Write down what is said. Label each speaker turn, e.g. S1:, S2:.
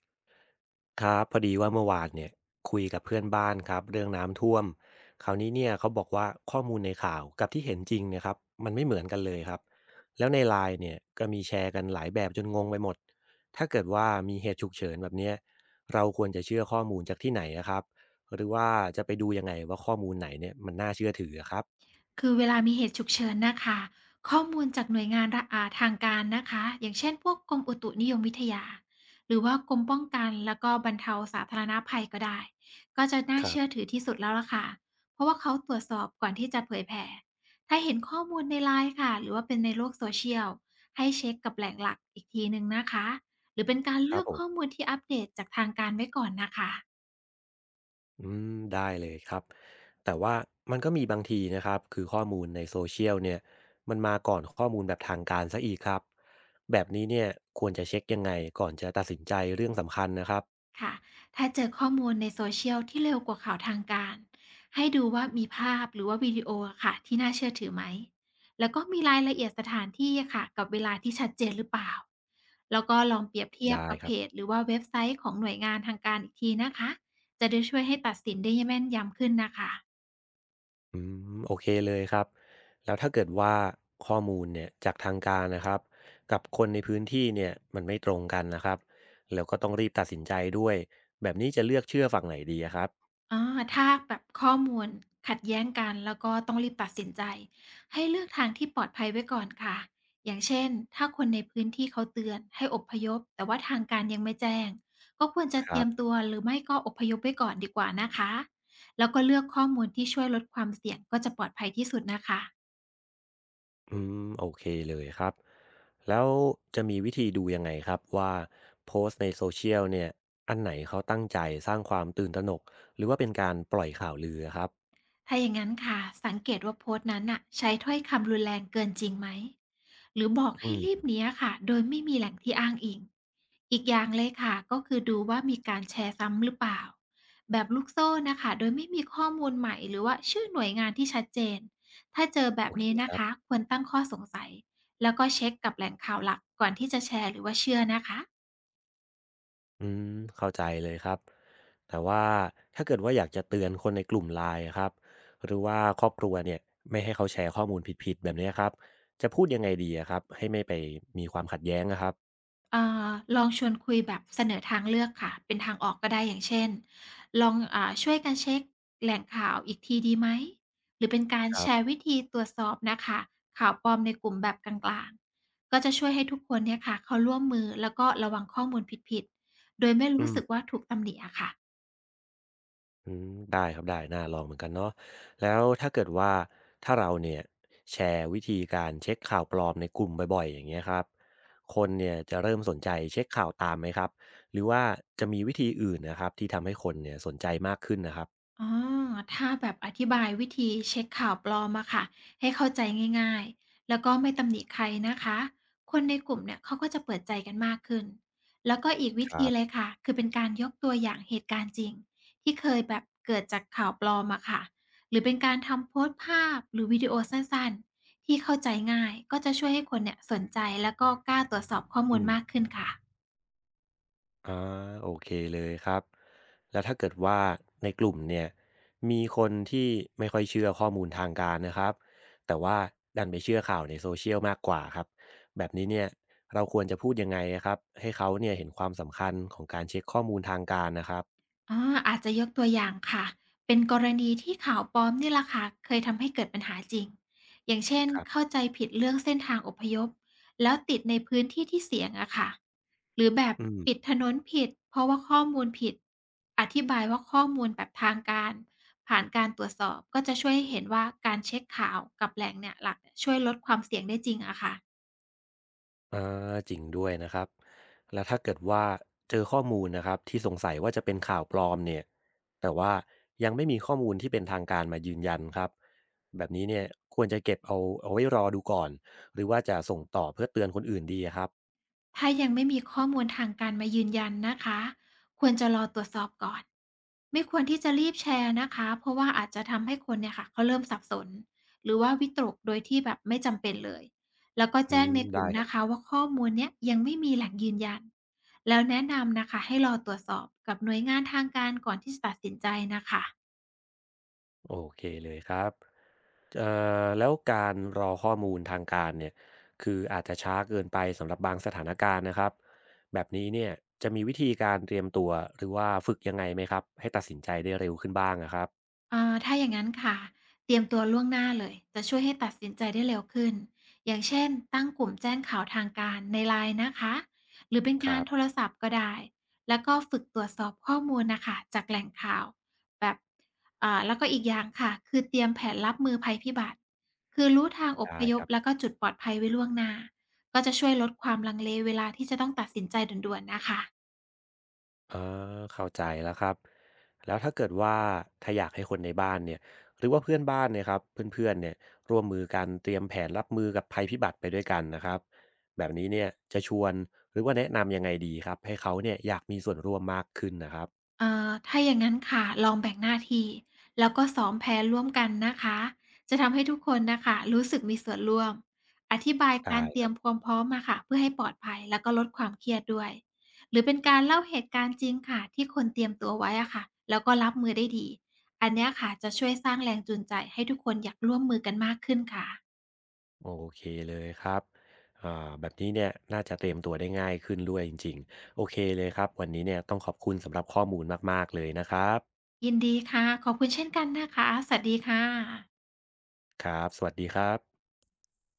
S1: ครับพอดีว่าเมื่อวานเนี่ยคุยกับเพื่อนบ้านครับเรื่องน้ำท่วมคราวนี้เนี่ยเขาบอกว่าข้อมูลในข่าวกับที่เห็นจริงเนะครับมันไม่เหมือนกันเลยครับแล้วในไลน์เนี่ยก็มีแชร์กันหลายแบบจนงงไปหมดถ้าเกิดว่ามีเหตุฉุกเฉินแบบเนี้ยเราควรจะเชื่อข้อมูลจากที่ไหนอะครับหรือว่าจะไปดูยังไงว่าข้อมูลไหนเนี่ยมันน่าเชื่อถืออะครับ
S2: คือเวลามีเหตุฉุกเฉินนะคะข้อมูลจากหน่วยงานระอาาทางการนะคะอย่างเช่นพวกกรมอุตุนิยมวิทยาหรือว่ากรมป้องกันแล้วก็บรรเทาสาธารณภัยก็ได้ก็จะน่า
S1: ครั
S2: เชื่อ
S1: บ
S2: ถือที่สุดแล้วล่ะค่ะเพราะว่าเขาตรวจสอบก่อนที่จะเผยแผ่ถ้าเห็นข้อมูลในไลน์ค่ะหรือว่าเป็นในโลก Social ให้เช็กกับแหล่งหลักอีกทีหนึ่งนะคะหรือเป็นการ
S1: ค
S2: เลื
S1: รับ
S2: อก
S1: ผม
S2: ข้อมูลที่อัปเดตจากทางการไว้ก่อนนะคะ
S1: อืมได้เลยครับแต่ว่ามันก็มีบางทีนะครับคือข้อมูลในโซเชียลเนี่ยมันมาก่อนข้อมูลแบบทางการซะอีกครับแบบนี้เนี่ยควรจะเช็คยังไงก่อนจะตัดสินใจเรื่องสำคัญนะครับ
S2: ค่ะถ้าเจอข้อมูลในโซเชียลที่เร็วกว่าข่าวทางการให้ดูว่ามีภาพหรือว่าวิดีโออะค่ะที่น่าเชื่อถือไหมแล้วก็มีรายละเอียดสถานที่อะค่ะกับเวลาที่ชัดเจนหรือเปล่าแล้วก็ลองเปรียบเทียบ
S1: ได้
S2: กับ
S1: ครั
S2: เพ
S1: บ
S2: จหรือว่าเว็บไซต์ของหน่วยงานทางการอีกทีนะคะจะได้ช่วยให้ตัดสินได้แม่นยำขึ้นนะคะ
S1: อืมโอเคเลยครับแล้วถ้าเกิดว่าข้อมูลเนี่ยจากทางการนะครับกับคนในพื้นที่เนี่ยมันไม่ตรงกันนะครับแล้วก็ต้องรีบตัดสินใจด้วยแบบนี้จะเลือกเชื่อฝั่งไหนดีอะครับ
S2: อาถ้าแบบข้อมูลขัดแย้งกันแล้วก็ต้องรีบตัดสินใจให้เลือกทางที่ปลอดภัยไว้ก่อนค่ะ อย่างเช่นถ้าคนในพื้นที่เขาเตือนให้อพยพแต่ว่าทางการยังไม่แจ้งก็ควรจะ
S1: ค
S2: เต
S1: รั
S2: รียม
S1: บ
S2: ตัวหรือไม่ก็อพยพไว้ก่อนดีกว่านะคะแล้วก็เลือกข้อมูลที่ช่วยลดความเสี่ยงก็จะปลอดภัยที่สุดนะคะ
S1: อืมโอเคเลยครับแล้วจะมีวิธีดูยังไงครับว่าโพสต์ในโซเชียลเนี่ยอันไหนเขาตั้งใจสร้างความตื่นตระหนกหรือว่าเป็นการปล่อยข่าวลือครับ
S2: ถ้าอย่างนั้นค่ะสังเกตว่าโพสต์นั้นน่ะใช้ถ้อยคำรุนแรงเกินจริงไหมหรือบอก
S1: อื
S2: ให้รีบ
S1: ม
S2: หนี้ะค่ะโดยไม่มีแหล่งที่อ้างอิงอีกอย่างเลยค่ะก็คือดูว่ามีการแชร์ซ้ำหรือเปล่าแบบลูกโซ่นะคะโดยไม่มีข้อมูลใหม่หรือว่าชื่อหน่วยงานที่ชัดเจนถ้าเจอแบ
S1: โอ
S2: บ
S1: เค
S2: นี้
S1: ค
S2: นะ
S1: รับ
S2: คะควรตั้งข้อสงสัยแล้วก็เช็คกับแหล่งข่าวหลักก่อนที่จะแชร์หรือว่าเชื่อนะคะ
S1: อืมเข้าใจเลยครับแต่ว่าถ้าเกิดว่าอยากจะเตือนคนในกลุ่มไลน์ครับหรือว่าครอบครัวเนี่ยไม่ให้เขาแชร์ข้อมูลผิดๆแบบเนี้ยครับจะพูดยังไงดีอะครับให้ไม่ไปมีความขัดแย้งนะครับ
S2: อ่าลองชวนคุยแบบเสนอทางเลือกค่ะเป็นทางออกก็ได้อย่างเช่นลองช่วยกันเช็คแหล่งข่าวอีกทีดีไหมหรือเป็นการ
S1: ครั
S2: แช
S1: บ
S2: ร์วิธีตรวจสอบนะคะข่าวปลอมในกลุ่มแบบกลางๆก็จะช่วยให้ทุกคนเนี่ยค่ะเขาร่วมมือแล้วก็ระวังข้อมูลผิดๆโดยไม่
S1: อื
S2: รู้
S1: ม
S2: สึกว่าถูกตำหนิอะค่ะ
S1: อืมได้ครับได้น่าลองเหมือนกันเนาะแล้วถ้าเกิดว่าถ้าเราเนี่ยแชร์วิธีการเช็คข่าวปลอมในกลุ่มบ่อยๆอย่างเงี้ยครับคนเนี่ยจะเริ่มสนใจเช็คข่าวตามไหมครับหรือว่าจะมีวิธีอื่นนะครับที่ทำให้คนเนี่ยสนใจมากขึ้นนะครับ
S2: อ๋อถ้าแบบอธิบายวิธีเช็คข่าวปลอมอะค่ะให้เข้าใจง่ายๆแล้วก็ไม่ตำหนิใครนะคะคนในกลุ่มเนี่ยเขาก็จะเปิดใจกันมากขึ้นแล้วก็อีกวิ
S1: ค
S2: ธี
S1: รั
S2: เลย
S1: บ
S2: ค่ะคือเป็นการยกตัวอย่างเหตุการณ์จริงที่เคยแบบเกิดจากข่าวปลอมอะค่ะหรือเป็นการทำโพสต์ภาพหรือวิดีโอสั้นๆที่เข้าใจง่ายก็จะช่วยให้คนเนี่ยสนใจแล้วก็กล้าตรวจสอบข้อมู
S1: อื
S2: ล
S1: ม
S2: มากขึ้นค่ะ
S1: อาโอเคเลยครับแล้วถ้าเกิดว่าในกลุ่มเนี่ยมีคนที่ไม่ค่อยเชื่อข้อมูลทางการนะครับแต่ว่าดันไปเชื่อข่าวในโซเชียลมากกว่าครับแบบนี้เนี่ยเราควรจะพูดยังไงอะครับให้เขาเนี่ยเห็นความสำคัญของการเช็คข้อมูลทางการนะครับ
S2: อาอาจจะยกตัวอย่างค่ะ เป็นกรณีที่ข่าวปลอมนี่แหละค่ะเคยทำให้เกิดปัญหาจริงอย่างเช่น
S1: ครับ
S2: เข้าใจผิดเรื่องเส้นทางอพยพแล้วติดในพื้นที่ที่เสี่ยงอะค่ะหรือแบบ
S1: อืม
S2: ปิดถนนผิดเพราะว่าข้อมูลผิดอธิบายว่าข้อมูลแบบทางการผ่านการตรวจสอบก็จะช่วยให้เห็นว่าการเช็กข่าวกับแหล่งเนี่ยหลักเนี่ยช่วยลดความเสี่ยงได้จริงอะค่ะ
S1: อาจริงด้วยนะครับแล้วถ้าเกิดว่าเจอข้อมูลนะครับที่สงสัยว่าจะเป็นข่าวปลอมเนี่ยแต่ว่ายังไม่มีข้อมูลที่เป็นทางการมายืนยันครับแบบนี้เนี่ยควรจะเก็บเอาไว้รอดูก่อนหรือว่าจะส่งต่อเพื่อเตือนคนอื่นดีอะครับ
S2: ถ้ายังไม่มีข้อมูลทางการมายืนยันนะคะควรจะรอตรวจสอบก่อนไม่ควรที่จะรีบแชร์นะคะเพราะว่าอาจจะทำให้คนเนี่ยค่ะเขาเริ่มสับสนหรือว่าวิตกโดยที่แบบไม่จำเป็นเลยแล้วก็
S1: อื
S2: แจ้ง
S1: ม
S2: ในกลุ่
S1: ได้
S2: ม
S1: ครับ
S2: นะคะว่าข้อมูลเนี้ยยังไม่มีแหล่งยืนยันแล้วแนะนำนะคะให้รอตรวจสอบกับหน่วยงานทางการก่อนที่จะตัดสินใจนะคะ
S1: โอเคเลยครับ เอ่แล้วการรอข้อมูลทางการเนี่ยคืออาจจะช้าเกินไปสำหรับบางสถานการณ์นะครับแบบนี้เนี่ยจะมีวิธีการเตรียมตัวหรือว่าฝึกยังไงไหมครับให้ตัดสินใจได้เร็วขึ้นบ้างนะครับ
S2: อ่าถ้าอย่างงั้นค่ะเตรียมตัวล่วงหน้าเลยจะช่วยให้ตัดสินใจได้เร็วขึ้นอย่างเช่นตั้งกลุ่มแจ้งข่าวทางการในไลน์นะคะหรือเป็น
S1: ค
S2: กา
S1: รั
S2: รโท
S1: บ
S2: รศัพท์ก็ได้แล้วก็ฝึกตรวจสอบข้อมูลนะคะจากแหล่งข่าวแบบแล้วก็อีกอย่างค่ะคือเตรียมแผนรับมือภัยพิบัติคือรู้ทางอพ
S1: ได้
S2: ย
S1: ค
S2: พ
S1: รับ
S2: แล้วก็จุดปลอดภัยไว้ล่วงหน้าก็จะช่วยลดความลังเลเวลาที่จะต้องตัดสินใจด่วนๆนะคะ
S1: เอาเข้าใจแล้วครับแล้วถ้าเกิดว่าถ้าอยากให้คนในบ้านเนี่ยหรือว่าเพื่อนบ้านเนี่ยครับเพื่อนๆเนี่ยร่วมมือกันเตรียมแผนรับมือกับภัยพิบัติไปด้วยกันนะครับแบบนี้เนี่ยจะชวนหรือว่าแนะนำยังไงดีครับให้เขาเนี่ยอยากมีส่วนร่วมมากขึ้นนะครับ
S2: ถ้าอย่างนั้นค่ะลองแบ่งหน้าที่แล้วก็ซ้อมแผนร่วมกันนะคะจะทำให้ทุกคนนะคะรู้สึกมีส่วนร่วมอธิบาย
S1: ได้
S2: การเต
S1: ค
S2: รี
S1: รั
S2: ย
S1: บ
S2: มความพร้อมมาค่ะเพื่อให้ปลอดภัยแล้วก็ลดความเครียดด้วยหรือเป็นการเล่าเหตุการณ์จริงค่ะที่คนเตรียมตัวไว้อะค่ะแล้วก็รับมือได้ดีอันเนี้ยค่ะจะช่วยสร้างแรงจูงใจให้ทุกคนอยากร่วมมือกันมากขึ้นค่ะ
S1: โอเคเลยครับอ่าแบบนี้เนี่ยน่าจะเตรียมตัวได้ง่ายขึ้นด้วยจริงๆโอเคเลยครับวันนี้เนี่ยต้องขอบคุณสำหรับข้อมูลมากๆเลยนะครับ
S2: ยินดีค่ะขอบคุณเช่นกันนะคะสวัสดีค่ะ
S1: ครับสวัสดีครับ